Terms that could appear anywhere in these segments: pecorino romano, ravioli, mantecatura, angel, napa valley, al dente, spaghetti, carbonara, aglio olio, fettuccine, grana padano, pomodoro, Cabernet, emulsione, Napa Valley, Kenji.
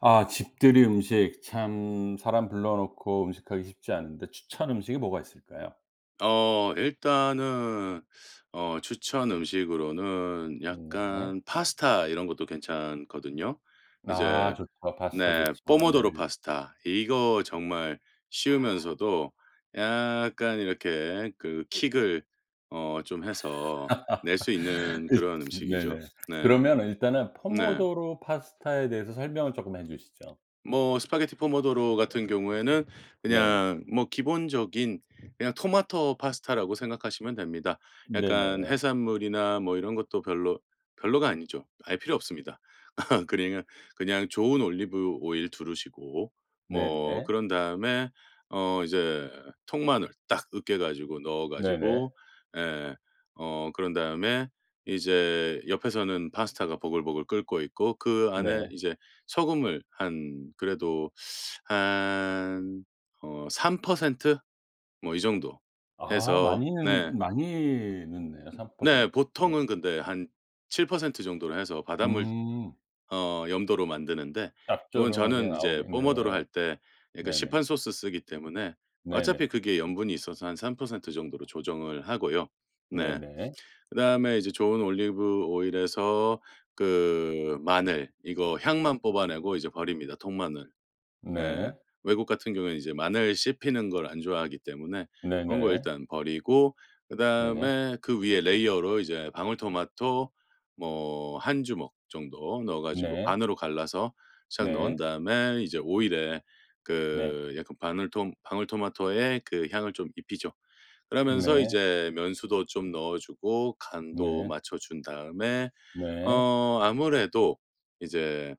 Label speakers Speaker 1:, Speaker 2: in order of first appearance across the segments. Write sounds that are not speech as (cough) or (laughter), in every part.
Speaker 1: 아 집들이 음식 참 사람 불러놓고 음식하기 쉽지 않은데 추천 음식이 뭐가 있을까요?
Speaker 2: 일단은 추천 음식으로는
Speaker 1: 네.
Speaker 2: 약간 파스타 이런 것도 괜찮거든요.
Speaker 1: 아
Speaker 2: 이제
Speaker 1: 좋죠. 파스타
Speaker 2: 네,
Speaker 1: 좋죠.
Speaker 2: 뽀모도
Speaker 1: 네.
Speaker 2: 로 파스타 이거 정말 쉬우면서도 약간 이렇게 그 킥을 좀 해서 낼 수 있는
Speaker 1: 일
Speaker 2: 그런 음식이죠.
Speaker 1: 네네.
Speaker 2: 네.
Speaker 1: 그러면 일단은
Speaker 2: 네.
Speaker 1: 포모도로 파스타에 대해서 설명을 조금 해 주시죠.
Speaker 2: 뭐 스파게티 포모도로 같은 경우에는
Speaker 1: 네네.
Speaker 2: 그냥 뭐 기본적인 그냥 토마토 파스타라고 생각하시면 됩니다. 약간
Speaker 1: 네네.
Speaker 2: 해산물이나 뭐 이런 것도 별로, 별로가 아니죠. 아예 필요 없습니다. (laughs) 그냥 좋은 올리브 오일 두르시고 뭐
Speaker 1: 네네.
Speaker 2: 그런 다음에 이제 통마늘 딱 으깨 가지고 넣어
Speaker 1: 네네.
Speaker 2: 가지고 예. 그런 다음에 이제 옆에서는 파스타가 보글보글 끓고 있고 그 안에
Speaker 1: 네.
Speaker 2: 이제 소금을 한, 그래도 한 3% 뭐 이 정도
Speaker 1: 아
Speaker 2: 해서. 네.
Speaker 1: 많이는 많이 넣네요
Speaker 2: 네.
Speaker 1: 3%. 어.
Speaker 2: 보통은 근데 한 7% 정도로 해서 바닷물
Speaker 1: 음.
Speaker 2: 염도로 만드는데, 이건
Speaker 1: 짭조름하게
Speaker 2: 저는
Speaker 1: 나오겠
Speaker 2: 이제 뽀
Speaker 1: 네.
Speaker 2: 머도로 할 때 약간
Speaker 1: 네네.
Speaker 2: 시판 소스 쓰기 때문에 어차피
Speaker 1: 네네.
Speaker 2: 그게 염분이 있어서 한 3% 정도로 조정을 하고요. 네.
Speaker 1: 네네.
Speaker 2: 그다음에 이제 좋은 올리브 오일에서 그 마늘 이거 향만 뽑아내고 이제 버립니다, 통마늘. 예.
Speaker 1: 네.
Speaker 2: 외국 같은 경우에는 이제 마늘 씹히는 걸 안 좋아하기 때문에 그런, 거
Speaker 1: 네네.
Speaker 2: 일단 버리고
Speaker 1: 네.
Speaker 2: 그다음에 그 위에 레이어로 이제 방울토마토 뭐 한 주먹 정도 넣어 가지고
Speaker 1: 네.
Speaker 2: 반으로 갈라서 샥 넣은
Speaker 1: 네.
Speaker 2: 다음에 이제 오일에
Speaker 1: 네.
Speaker 2: 그 약간 바늘톰 방울토마토의 그 향을 좀 입히죠. 그러면서
Speaker 1: 네.
Speaker 2: 이제 면수도 좀 넣어 주고 간도
Speaker 1: 네.
Speaker 2: 맞춰 준 다음에
Speaker 1: 네.
Speaker 2: 아무래도 이제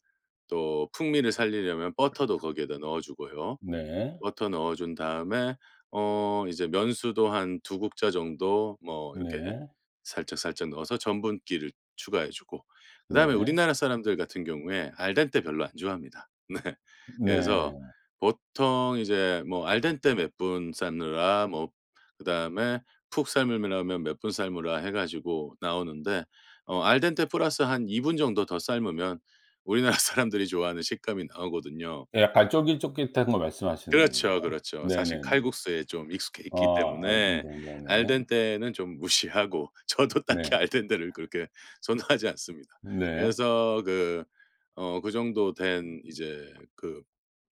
Speaker 2: 또 풍미를 살리려면 버터도 거기에다 넣어 주고요.
Speaker 1: 네.
Speaker 2: 버터 넣어 준 다음에 이제 면수도 한 두 국자 정도 뭐 이렇게
Speaker 1: 네.
Speaker 2: 살짝살짝 넣어서 전분기를 추가해 주고, 그다음에
Speaker 1: 네.
Speaker 2: 우리나라 사람들 같은 경우에 알덴테 별로 안 좋아합니다. (laughs) 네. 그래서
Speaker 1: 네.
Speaker 2: 보통 이제 뭐 알덴테 몇 분 삶느라 뭐 그다음에 푹 삶으하면몇 분 삶으라 해 가지고 나오는데, 알덴테 플러스 한 2분 정도 더 삶으면 우리나라 (laughs) 사람들이 좋아하는 식감이 나오거든요.
Speaker 1: 약간 쫄깃쫄깃한 거 말씀하시는 건가요?
Speaker 2: 그렇죠, 그렇죠. 사실
Speaker 1: 네네네.
Speaker 2: 칼국수에 좀 익숙해
Speaker 1: 아
Speaker 2: 있기
Speaker 1: 아
Speaker 2: 때문에
Speaker 1: 네네네.
Speaker 2: 알덴테는 좀 무시하고 (laughs) 저도
Speaker 1: 네. 네.
Speaker 2: 딱히 알덴테를 그렇게 선호하지 않습니다.
Speaker 1: 네. 네.
Speaker 2: 그래서 그 그 정도 된 이제 그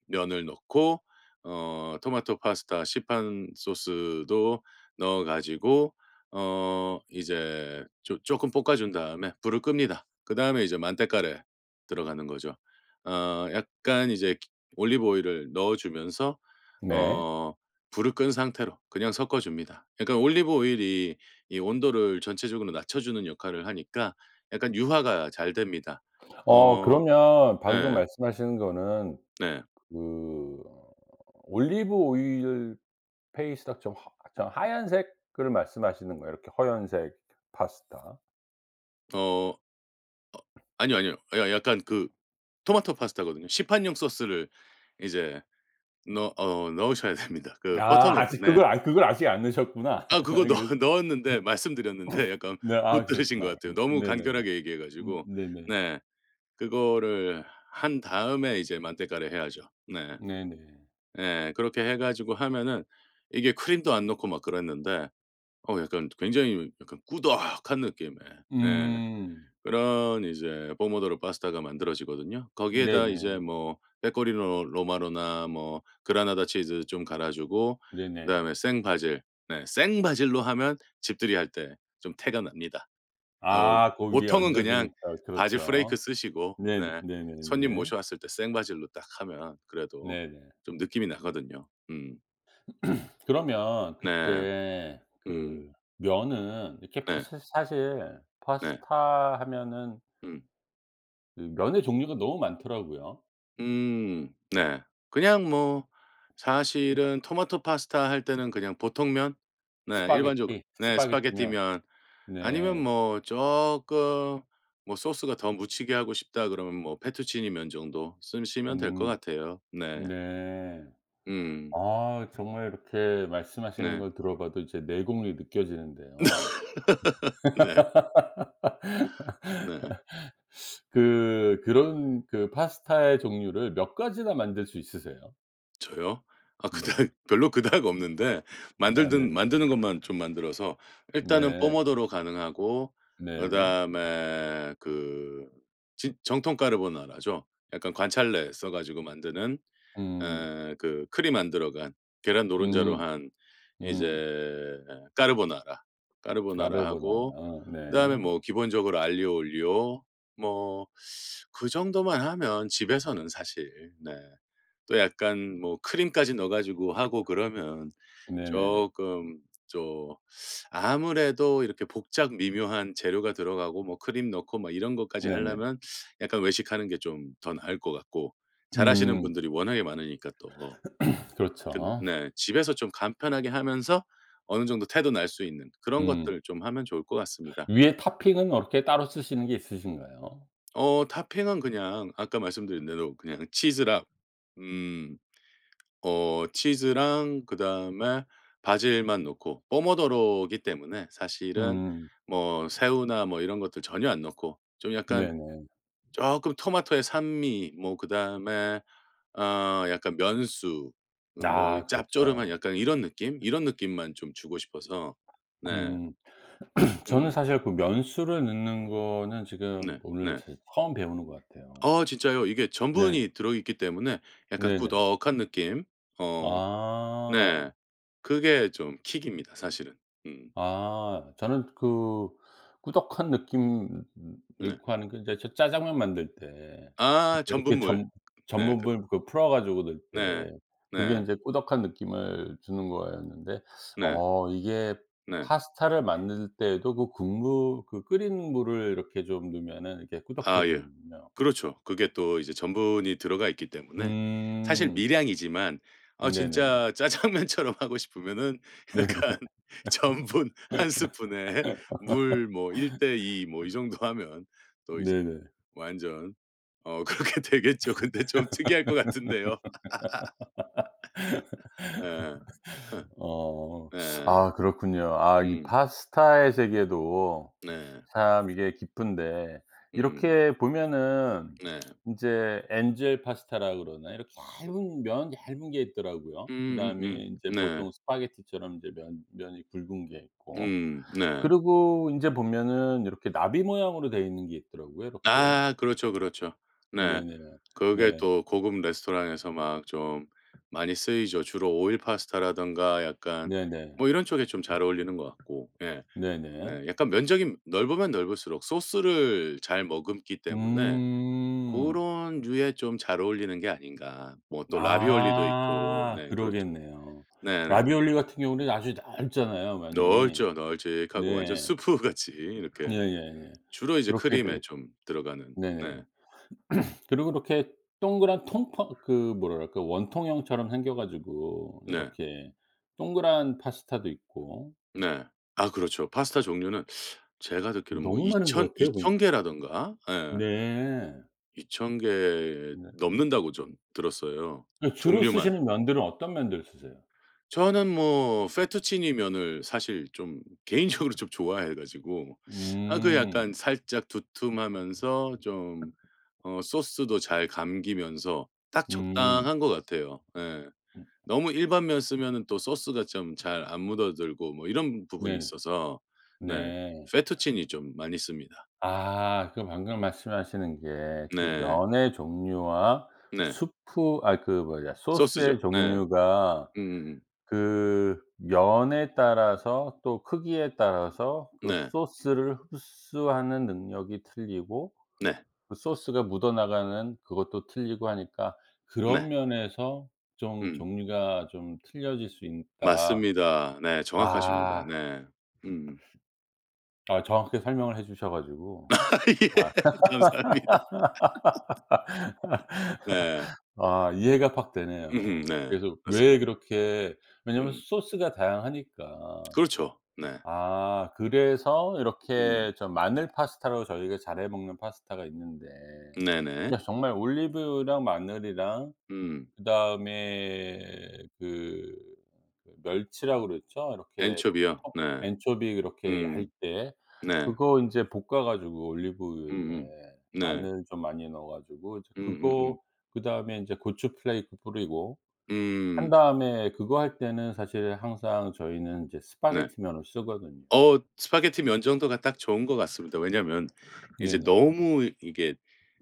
Speaker 2: 면을 넣고 토마토 파스타 시판 소스도 넣어 가지고 이제 조 쪼끔 볶아 준 다음에 불을 끕니다. 그다음에 이제 만테카레 들어가는 거죠. 약간 이제 기 올리브 오일을 넣어 주면서
Speaker 1: 네.
Speaker 2: 어 불을 끈 상태로 그냥 섞어 줍니다. 약간 올리브 오일이 이 온도를 전체적으로 낮춰 주는 역할을 하니까 약간 유화가 잘 됩니다.
Speaker 1: 어
Speaker 2: 어
Speaker 1: 그러면 방금
Speaker 2: 네.
Speaker 1: 말씀하시는 거는
Speaker 2: 네.
Speaker 1: 그 올리브 오일 페이스닥 좀 하 저 하얀색을 말씀하시는 거예요? 이렇게 허연색 파스타.
Speaker 2: 어 아니요, 아니요. 야 약간 그 토마토 파스타거든요. 시판용 소스를 이제 넣어 넣으셔야 됩니다. 그 버터
Speaker 1: 아
Speaker 2: 넣고,
Speaker 1: 아직
Speaker 2: 네.
Speaker 1: 그걸 아 그걸 아직 안 넣으셨구나.
Speaker 2: 아
Speaker 1: (laughs)
Speaker 2: 그거
Speaker 1: 나는
Speaker 2: 넣
Speaker 1: 그래서
Speaker 2: (laughs) 넣었는데, 말씀드렸는데 약간
Speaker 1: 네.
Speaker 2: 못
Speaker 1: 아
Speaker 2: 들으신 것
Speaker 1: 그렇구나.
Speaker 2: 같아요. 너무
Speaker 1: 네네네.
Speaker 2: 간결하게 얘기해 가지고.
Speaker 1: 네네.
Speaker 2: 네. 그거를 한 다음에 이제 만테카를 해야죠. 네.
Speaker 1: 네네.
Speaker 2: 예. 그렇게 해 가지고 하면은 이게 크림도 안 넣고 막 그랬는데 약간 굉장히 약간 꾸덕한 느낌의, 예,
Speaker 1: 음.
Speaker 2: 그런 이제 포모도로 파스타가 만들어지거든요. 거기에다 이제
Speaker 1: 네네.
Speaker 2: 뭐 페코리노 로마로나 뭐 그라나다 치즈 좀 갈아 주고
Speaker 1: 네네.
Speaker 2: 그다음에 생바질, 네, 생바질로 하면 집들이 할 때 좀 태가 납니다. 어
Speaker 1: 아 그 위에
Speaker 2: 보통은
Speaker 1: 얹어
Speaker 2: 그냥
Speaker 1: 주니까
Speaker 2: 바질 플레이크
Speaker 1: 그렇죠.
Speaker 2: 쓰시고,
Speaker 1: 네
Speaker 2: 네, 손님
Speaker 1: 네네네.
Speaker 2: 모셔왔을 때 생바질로 딱 하면 그래도
Speaker 1: 네네.
Speaker 2: 좀 느낌이 나거든요. 음.
Speaker 1: (clears throat) 그러면
Speaker 2: 네.
Speaker 1: 그때
Speaker 2: 음.
Speaker 1: 그 면은 이렇게
Speaker 2: 네.
Speaker 1: 파사 사실
Speaker 2: 네.
Speaker 1: 파스타 하면은
Speaker 2: 음.
Speaker 1: 그 면의 종류가 너무 많더라고요.
Speaker 2: 네. 그냥 뭐
Speaker 1: 그
Speaker 2: 사실은 토마토 파스타 할 때는 그냥 보통면, 네, 일반적으로
Speaker 1: 스파게티
Speaker 2: 네
Speaker 1: 스파게티면
Speaker 2: 스파게티면, 아니면
Speaker 1: 네.
Speaker 2: 뭐쪼금뭐 소스가 더 묻히게 하고 싶다 그러면 뭐 페투치니 면 정도 쓰시면 될 것
Speaker 1: 음.
Speaker 2: 같아요. 네.
Speaker 1: 네.
Speaker 2: 음.
Speaker 1: 아 정말 이렇게 말씀하시는
Speaker 2: 네.
Speaker 1: 걸 들어봐도 이제 내공이 느껴지는데요.
Speaker 2: (laughs) 네. 네.
Speaker 1: 그 그런 그 파스타의 종류를 몇 가지나 만들 수 있으세요?
Speaker 2: 저요? 아 그닥
Speaker 1: 네.
Speaker 2: (laughs) 별로 그닥 없는데,
Speaker 1: 아 네.
Speaker 2: 만들든 만드는 것만 좀 만들어서 일단은
Speaker 1: 네.
Speaker 2: 뽀모도로 가능하고
Speaker 1: 네네.
Speaker 2: 그다음에 그 진 정통 까르보나라죠. 약간 관찰래 써 가지고 만드는
Speaker 1: 음.
Speaker 2: 에 그 크림 안 들어간 계란 노른자로
Speaker 1: 음.
Speaker 2: 한
Speaker 1: 음.
Speaker 2: 이제 까르보나라.
Speaker 1: 까르보나라.
Speaker 2: 까르보나라하고
Speaker 1: 어 네.
Speaker 2: 그다음에 뭐 기본적으로 알리오 올리오, 뭐 그 정도만 하면 집에서는 사실, 네, 또 약간 뭐 크림까지 넣어 가지고 하고 그러면
Speaker 1: 네네.
Speaker 2: 조금, 좀 아무래도 이렇게 복잡 미묘한 재료가 들어가고 뭐 크림 넣고 막 이런 것까지
Speaker 1: 네네.
Speaker 2: 하려면 약간 외식하는 게 좀 더 나을 것 같고, 잘하시는
Speaker 1: 음.
Speaker 2: 분들이 워낙에 많으니까 또. 그
Speaker 1: 그렇죠.
Speaker 2: 네. 집에서 좀 간편하게 하면서 어느 정도 태도 날 수 있는 그런
Speaker 1: 음.
Speaker 2: 것들 좀 하면 좋을 것 같습니다.
Speaker 1: 위에 토핑은 어떻게 따로 쓰시는 게 있으신가요?
Speaker 2: 토핑은 그냥 아까 말씀드린 대로 그냥 치즈랑, 음, 치즈랑 그다음에 바질만 넣고 포모도로기 때문에, 사실은
Speaker 1: 음.
Speaker 2: 뭐 새우나 뭐 이런 것들 전혀 안 넣고 좀 약간
Speaker 1: 네네.
Speaker 2: 조금 토마토의 산미, 뭐 그다음에 약간 면수, 뭐 이
Speaker 1: 아
Speaker 2: 짭조름한
Speaker 1: 그렇죠.
Speaker 2: 약간 이런 느낌? 이런 느낌만 좀 주고 싶어서. 네.
Speaker 1: 음. 저는
Speaker 2: 음
Speaker 1: 사실 그 면수를 넣는 거는 지금
Speaker 2: 네.
Speaker 1: 오늘
Speaker 2: 네.
Speaker 1: 사실 처음 배우는 것 같아요.
Speaker 2: 아 진짜요. 이게
Speaker 1: 네.
Speaker 2: 전분이 들어있기 때문에 약간
Speaker 1: 네네.
Speaker 2: 꾸덕한 느낌. 어
Speaker 1: 아.
Speaker 2: 네. 그게 좀 킥입니다 사실은. 음
Speaker 1: 아. 저는 그 꾸덕한 느낌
Speaker 2: 네.
Speaker 1: 넣고 하는 게 인제 저 짜장면 만들 때
Speaker 2: 아
Speaker 1: 그때 이렇게
Speaker 2: 전분물.
Speaker 1: 전
Speaker 2: 네. 그
Speaker 1: 전분을 그 풀어 가지고 넣을
Speaker 2: 네.
Speaker 1: 때 그게
Speaker 2: 네.
Speaker 1: 인제 꾸덕한 느낌을 주는 거였는데
Speaker 2: 네.
Speaker 1: 어 이게
Speaker 2: 네.
Speaker 1: 파스타를 만들 때에도 그 국물 그 끓인 물을 이렇게 좀 넣으면은 이렇게
Speaker 2: 아 예.
Speaker 1: 꾸덕해지는군요.
Speaker 2: 그렇죠. 그게 또 이제 전분이 들어가 있기 때문에 사실
Speaker 1: 음.
Speaker 2: 미량이지만. 아
Speaker 1: 네네네.
Speaker 2: 진짜 짜장면처럼 하고 싶으면은
Speaker 1: (laughs) 네네.
Speaker 2: 약간 (laughs) 전분 한 스푼에 물 뭐 일대2 뭐 이 정도 하면 또 이제
Speaker 1: 네네.
Speaker 2: 완전 그렇게 (laughs) 되겠죠. 근데 좀 특이할 것 같은데요. 예. (laughs)
Speaker 1: 어.
Speaker 2: 네.
Speaker 1: 아 그렇군요. 아 이
Speaker 2: 음.
Speaker 1: 파스타의 세계도
Speaker 2: 네.
Speaker 1: 참 이게 깊은데
Speaker 2: 음.
Speaker 1: 이렇게 보면은
Speaker 2: 네.
Speaker 1: 인제 엔젤 파스타라 그러나 이렇게 얇은 면 얇은 게 있더라고요. 그다음에 인제
Speaker 2: 네.
Speaker 1: 보통 스파게티처럼 인제 면 면이 굵은 게 있고
Speaker 2: 음. 네.
Speaker 1: 그리고 인제 보면은 이렇게 나비 모양으로 되어 있는 게 있더라고요 이렇게.
Speaker 2: 아 그렇죠, 그렇죠. 네.
Speaker 1: 네네.
Speaker 2: 그게
Speaker 1: 네.
Speaker 2: 또 고급 레스토랑에서 막 좀 많이 쓰이죠. 주로 오일 파스타라든가 약간
Speaker 1: 네네.
Speaker 2: 뭐 이런 쪽에 좀 잘 어울리는 것 같고. 예.
Speaker 1: 네네.
Speaker 2: 네. 약간 면적이 넓으면 넓을수록 소스를 잘 머금기 때문에
Speaker 1: 음.
Speaker 2: 고런 류에 좀 잘 어울리는 게 아닌가. 뭐 또 라비올리도 있고.
Speaker 1: 아
Speaker 2: 네 그렇죠.
Speaker 1: 그러겠네요.
Speaker 2: 네네.
Speaker 1: 라비올리 같은 경우는 아주 얇잖아요 많이.
Speaker 2: 넓죠. 널찍하고 완전
Speaker 1: 네.
Speaker 2: 수프 같이 이렇게
Speaker 1: 예예예.
Speaker 2: 주로 이제
Speaker 1: 그렇게 돼
Speaker 2: 크림에
Speaker 1: 있고
Speaker 2: 좀 들어가는.
Speaker 1: 네네.
Speaker 2: 네.
Speaker 1: 그리고 이렇게 동그란 통통 그 뭐랄까 원통형처럼 생겨 가지고
Speaker 2: 네.
Speaker 1: 이렇게 동그란 파스타도 있고
Speaker 2: 네. 아 그렇죠. 파스타 종류는 제가 듣기로는 뭐
Speaker 1: 너무 많은 것 같아요 보니까.
Speaker 2: 2,000 개라든가, 예,
Speaker 1: 네.
Speaker 2: 2,000개
Speaker 1: 네.
Speaker 2: 넘는다고 전 들었어요,
Speaker 1: 그 주로
Speaker 2: 종류만.
Speaker 1: 쓰시는 면들은 어떤 면들 쓰세요?
Speaker 2: 저는 뭐 페투치니 면을 사실 좀 개인적으로 좀 좋아해 가지고, 아, 그
Speaker 1: 음.
Speaker 2: 약간 살짝 두툼하면서 좀 소스도 잘 감기면서 딱
Speaker 1: 음.
Speaker 2: 적당한 것 같아요. 예.
Speaker 1: 음
Speaker 2: 너무 일반면 쓰면은 또 소스가 좀 잘 안 묻어들고 뭐 이런 부분이
Speaker 1: 네네.
Speaker 2: 있어서. 네.
Speaker 1: 네.
Speaker 2: 페투치니 좀 많이 씁니다.
Speaker 1: 아 그 방금 말씀하시는 게 그
Speaker 2: 네.
Speaker 1: 면의 종류와
Speaker 2: 네.
Speaker 1: 수프 아 그 뭐냐
Speaker 2: 소스죠.
Speaker 1: 소스의
Speaker 2: 네.
Speaker 1: 종류가
Speaker 2: 음음음.
Speaker 1: 그 면에 따라서 또 크기에 따라서 그
Speaker 2: 네.
Speaker 1: 소스를 흡수하는 능력이 틀리고
Speaker 2: 네.
Speaker 1: 그 소스가 묻어나가는 그것도 틀리고 하니까 그런
Speaker 2: 네.
Speaker 1: 면에서 좀
Speaker 2: 음.
Speaker 1: 종류가 좀 틀려질 수 있다.
Speaker 2: 맞습니다. 네. 정확하십니다.
Speaker 1: 아.
Speaker 2: 네. 음.
Speaker 1: 아 정확하게 설명을 해 주셔 가지고
Speaker 2: (laughs) 예.
Speaker 1: 아
Speaker 2: 감사합니다. 네.
Speaker 1: 아 이해가 확
Speaker 2: 음음
Speaker 1: 되네요.
Speaker 2: 네.
Speaker 1: 그래서
Speaker 2: 맞습니다.
Speaker 1: 왜 그렇게 왜냐면
Speaker 2: 음.
Speaker 1: 소스가 다양하니까.
Speaker 2: 그렇죠. 네.
Speaker 1: 아 그래서
Speaker 2: 음.
Speaker 1: 이렇게 좀 마늘 파스타로 저희가 잘해 먹는 파스타가 있는데
Speaker 2: 네네.
Speaker 1: 그냥 정말 올리브유랑 마늘이랑
Speaker 2: 음.
Speaker 1: 그다음에 그 그 멸치라고 그랬죠? 이렇게
Speaker 2: 엔초비요? 네.
Speaker 1: 앤 엔초비 이렇게
Speaker 2: 음.
Speaker 1: 얇게
Speaker 2: 네.
Speaker 1: 그거 인제 볶아 가지고
Speaker 2: 음음.
Speaker 1: 올리브유에
Speaker 2: 네.
Speaker 1: 마늘 좀 많이 넣어 가지고 이제
Speaker 2: 음.
Speaker 1: 그거 그다음에 인제 고추 플레이크 뿌리고
Speaker 2: 음,
Speaker 1: 한
Speaker 2: 음.
Speaker 1: 다음에 그거 할 때는 사실 항상 저희는 인제
Speaker 2: 네.
Speaker 1: 스파게티 면을 쓰거든요.
Speaker 2: 스파게티 면정도가 딱 좋은 것 같습니다. 왜냐면 이제
Speaker 1: 네네.
Speaker 2: 너무 이게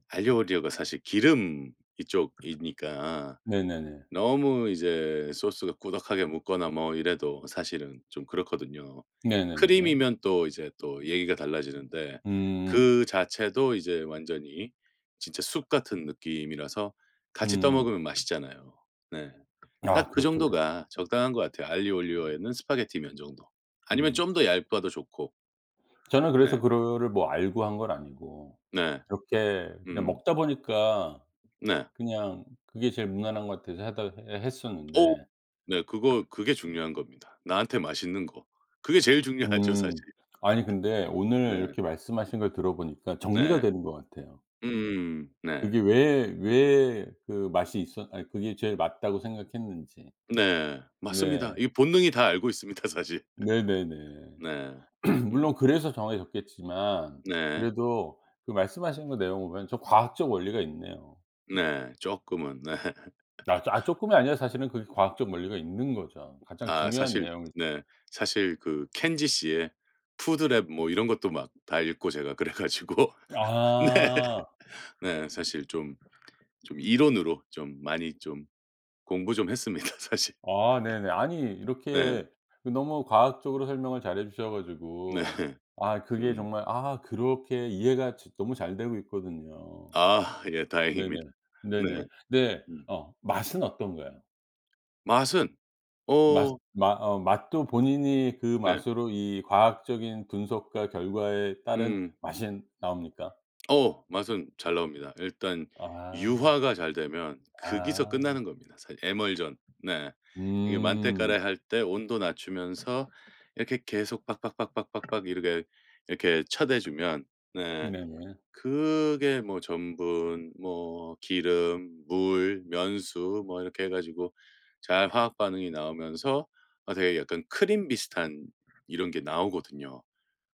Speaker 2: 알리오 올리오가 사실 기름 이쪽이니까
Speaker 1: 네네네.
Speaker 2: 너무 이제 소스가 꾸덕하게 묻거나 뭐 이래도 사실은 좀 그렇거든요.
Speaker 1: 네네네.
Speaker 2: 크림이면 또 이제 또 얘기가 달라지는데,
Speaker 1: 음.
Speaker 2: 그 자체도 이제 완전히 진짜 숲 같은 느낌이라서 같이 떠
Speaker 1: 음.
Speaker 2: 먹으면 맛있잖아요. 네. 딱
Speaker 1: 아
Speaker 2: 그
Speaker 1: 그렇죠, 그렇
Speaker 2: 정도가 적당한 것 같아요. 알리 올리오에는 스파게티 면 정도. 아니면
Speaker 1: 음.
Speaker 2: 좀 더 얇아도 좋고.
Speaker 1: 저는 그래서
Speaker 2: 네.
Speaker 1: 그거를 뭐 알고 한 건 아니고
Speaker 2: 네.
Speaker 1: 이렇게 그냥
Speaker 2: 음.
Speaker 1: 먹다 보니까
Speaker 2: 네.
Speaker 1: 그냥 그게 제일 무난한 것 같아서 하다 해
Speaker 2: 어
Speaker 1: 했었는데
Speaker 2: 네. 그거 그게 중요한 겁니다. 나한테 맛있는 거. 그게 제일 중요하죠 사실.
Speaker 1: 음. 아니 근데 오늘
Speaker 2: 네.
Speaker 1: 이렇게 말씀하신 걸 들어보니까 정리가
Speaker 2: 네.
Speaker 1: 되는 것 같아요.
Speaker 2: 음. 네.
Speaker 1: 그게 왜 왜 그 맛이 있었 아니 그게 제일 맞다고 생각했는지.
Speaker 2: 네. 맞습니다.
Speaker 1: 네.
Speaker 2: 이 본능이 다 알고 있습니다 사실.
Speaker 1: 네네네.
Speaker 2: 네.
Speaker 1: (clears throat)
Speaker 2: 음.
Speaker 1: 물론 그래서 정해졌겠지만
Speaker 2: 네.
Speaker 1: 그래도 그 말씀하신 거 내용 보면 좀 과학적 원리가 있네요.
Speaker 2: 네. 쪼끔은 네.
Speaker 1: 아 조 아 쪼끔이 아니라 사실은 그게 과학적 원리가 있는 거죠. 가장
Speaker 2: 아
Speaker 1: 중요한
Speaker 2: 사실
Speaker 1: 내용이
Speaker 2: 네. 사실 그 켄지 씨의 푸드랩 뭐 이런 것도 막 다 읽고 제가 그래 가지고. 네.
Speaker 1: 아.
Speaker 2: (laughs) 네. 사실 좀 좀 이론으로 좀 많이 좀 공부 좀 했습니다 (laughs) 사실.
Speaker 1: 아 네네. 아니
Speaker 2: 네.
Speaker 1: 이렇게 그 너무 과학적으로 설명을 잘해 주셔
Speaker 2: 네.
Speaker 1: 가지고 아 그게
Speaker 2: 음.
Speaker 1: 정말 아 그렇게 이해가 지 너무 잘 되고 있거든요.
Speaker 2: 아 예
Speaker 1: 네네.
Speaker 2: 다행입니다. 네.
Speaker 1: 네네. 네.
Speaker 2: 음.
Speaker 1: 어 맛은 어떤가요?
Speaker 2: 맛은,
Speaker 1: 맛
Speaker 2: 어
Speaker 1: 맛 어 맛도 본인이 그
Speaker 2: 네.
Speaker 1: 맛으로 이 과학적인 분석과 결과에 따른
Speaker 2: 음.
Speaker 1: 맛이 나옵니까?
Speaker 2: 맛은 잘 나옵니다. 일단
Speaker 1: 아.
Speaker 2: 유화가 잘 되면 거기서
Speaker 1: 아.
Speaker 2: 끝나는 겁니다 사실 에멀전. 네. 이게 만테카레
Speaker 1: 음.
Speaker 2: 할 때 온도 낮추면서 이렇게 계속 팍팍팍팍팍팍 이렇게, 이렇게 쳐대 주면, 네,
Speaker 1: 네네.
Speaker 2: 그게 뭐 전분, 뭐 기름, 물, 면수 뭐 이렇게 해 가지고 잘 화학 반응이 나오면서 아 되게 약간 크림 비슷한 이런 게 나오거든요.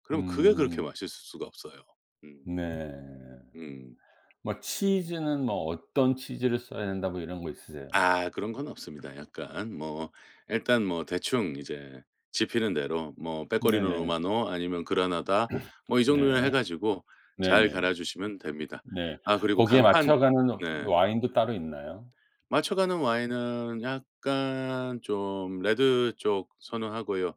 Speaker 2: 그럼 그게 그렇게
Speaker 1: 음.
Speaker 2: 맛있을 수가 없어요. 음.
Speaker 1: 네.
Speaker 2: 음.
Speaker 1: 뭐 치즈는 뭐 어떤 치즈를 써야 된다 뭐 이런 거 있으세요?
Speaker 2: 아 그런 건 없습니다. 약간 뭐 일단 뭐 대충 이제 지피는 대로 뭐 페코리노
Speaker 1: 네네.
Speaker 2: 로마노 아니면 그라나다, 뭐 이 정도는 해
Speaker 1: 네.
Speaker 2: 가지고 잘
Speaker 1: 네네.
Speaker 2: 갈아 주시면 됩니다.
Speaker 1: 네.
Speaker 2: 아 그리고
Speaker 1: 거기에
Speaker 2: 강판.
Speaker 1: 맞춰가는 어,
Speaker 2: 네.
Speaker 1: 와인도 따로 있나요?
Speaker 2: 맞춰가는 와인은 약간 좀 레드 쪽 선호하고요.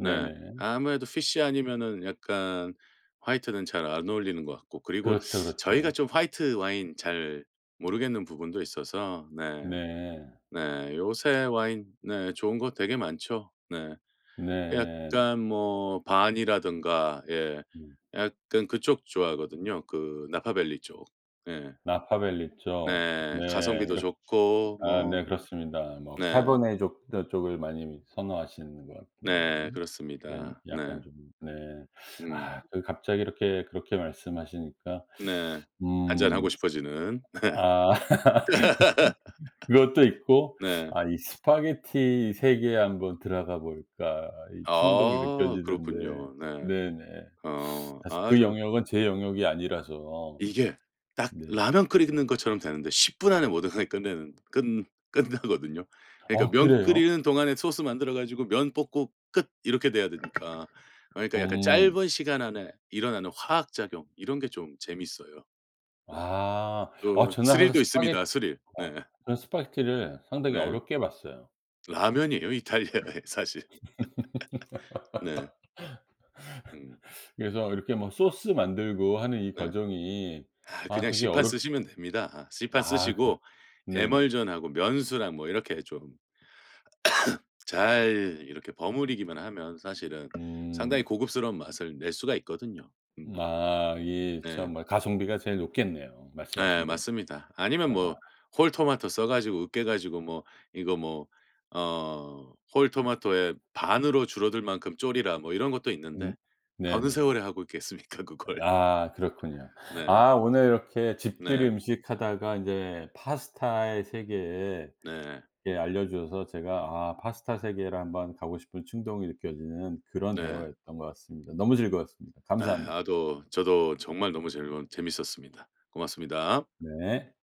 Speaker 2: 네. 아무래도 피쉬 아니면은 약간 화이트는 잘 안 어울리는 것 같고, 그리고
Speaker 1: 그렇죠,
Speaker 2: 저희가
Speaker 1: 그렇죠.
Speaker 2: 좀 화이트 와인 잘 모르겠는 부분도 있어서. 네.
Speaker 1: 네.
Speaker 2: 네. 요새 와인 네. 좋은 거 되게 많죠. 네.
Speaker 1: 네.
Speaker 2: 약간 뭐 반이라든가 예.
Speaker 1: 음.
Speaker 2: 약간 그쪽 좋아하거든요. 그 나파밸리 쪽. 예.
Speaker 1: 나파밸리 쪽.
Speaker 2: 네.
Speaker 1: 네.
Speaker 2: 가성비도
Speaker 1: 이렇
Speaker 2: 좋고
Speaker 1: 아
Speaker 2: 뭐.
Speaker 1: 네 그렇습니다. 뭐
Speaker 2: 네.
Speaker 1: 카베르네 족 저 쪽을 많이 선호하시는 것 같은데.
Speaker 2: 네.
Speaker 1: 네.
Speaker 2: 그렇습니다. 네.
Speaker 1: 약간 좀 네.
Speaker 2: 음.
Speaker 1: 아 그 갑자기 이렇게 그렇게 말씀하시니까
Speaker 2: 네.
Speaker 1: 음
Speaker 2: 한잔하고 싶어지는.
Speaker 1: 아 (laughs)
Speaker 2: (laughs)
Speaker 1: 그것도 있고
Speaker 2: 네.
Speaker 1: '아 이 스파게티 세계에 한번 들어가 볼까.' 이 충동이
Speaker 2: 아
Speaker 1: 느껴지던데.
Speaker 2: 그렇군요. 네.
Speaker 1: 네네. 사실 그
Speaker 2: 아주
Speaker 1: 영역은 제 영역이 아니라서.
Speaker 2: 이게 딱
Speaker 1: 네.
Speaker 2: 라면 끓이는 것처럼 되는데 10분 안에 모든 게 끝내는 끝 끝나거든요. 그러니까
Speaker 1: 아
Speaker 2: 면
Speaker 1: 그래요?
Speaker 2: 끓이는 동안에 소스 만들어 가지고 면 볶고 끝, 이렇게 돼야 되니까. 그러니까 약간
Speaker 1: 음.
Speaker 2: 짧은 시간 안에 일어나는 화학 작용 이런 게 좀 재밌어요. 네.
Speaker 1: 아. 아
Speaker 2: 또
Speaker 1: 저는 항상
Speaker 2: 스릴도
Speaker 1: 스파게
Speaker 2: 있습니다, 스릴.
Speaker 1: 어
Speaker 2: 네.
Speaker 1: 저는 스파게티를 상당히
Speaker 2: 네.
Speaker 1: 어렵게 봤어요.
Speaker 2: 라면이에요 이탈리아의, (laughs) 사실. 네. 음
Speaker 1: 그래서 이렇게 막 소스 만들고 하는 이
Speaker 2: 네.
Speaker 1: 과정이
Speaker 2: 아
Speaker 1: 아
Speaker 2: 그냥
Speaker 1: 되게
Speaker 2: 시판
Speaker 1: 어렵
Speaker 2: 쓰시면 됩니다. 아 시판
Speaker 1: 아 그
Speaker 2: 쓰시고 에멀
Speaker 1: 네네.
Speaker 2: 전하고 면수랑 뭐 이렇게 좀 (clears throat) 잘 이렇게 버무리기만 하면 사실은 상당히
Speaker 1: 음.
Speaker 2: 고급스러운 맛을 낼 수가 있거든요. 음
Speaker 1: 아 이
Speaker 2: 네.
Speaker 1: 참 뭐 가성비가 제일 높겠네요
Speaker 2: 예
Speaker 1: 말씀하신 대로.
Speaker 2: 맞습니다. 아니면 뭐
Speaker 1: 아
Speaker 2: 홀토마토 써 가지고 으깨 가지고 뭐 이거 뭐 "홀토마토의 반으로 줄어들 만큼 졸이라." 뭐 이런 것도
Speaker 1: 음
Speaker 2: 있는데 어느
Speaker 1: 네네.
Speaker 2: 세월에 하고 있겠습니까 그걸.
Speaker 1: 아 그렇군요.
Speaker 2: (laughs) 네.
Speaker 1: 아 오늘 이렇게 집들이
Speaker 2: 네.
Speaker 1: 음식 하다가 인제 파스타의 세계에
Speaker 2: 네.
Speaker 1: 예 알려 주셔서 제가 아 파스타 세계를 한번 가고 싶은 충동이 느껴지는 그런
Speaker 2: 네.
Speaker 1: 대화였던 것 같습니다. 너무 즐거웠습니다.
Speaker 2: 네.
Speaker 1: 감사합니다.
Speaker 2: 아도 저도 정말 너무 즐거 재밌었습니다. 고맙습니다.
Speaker 1: 네.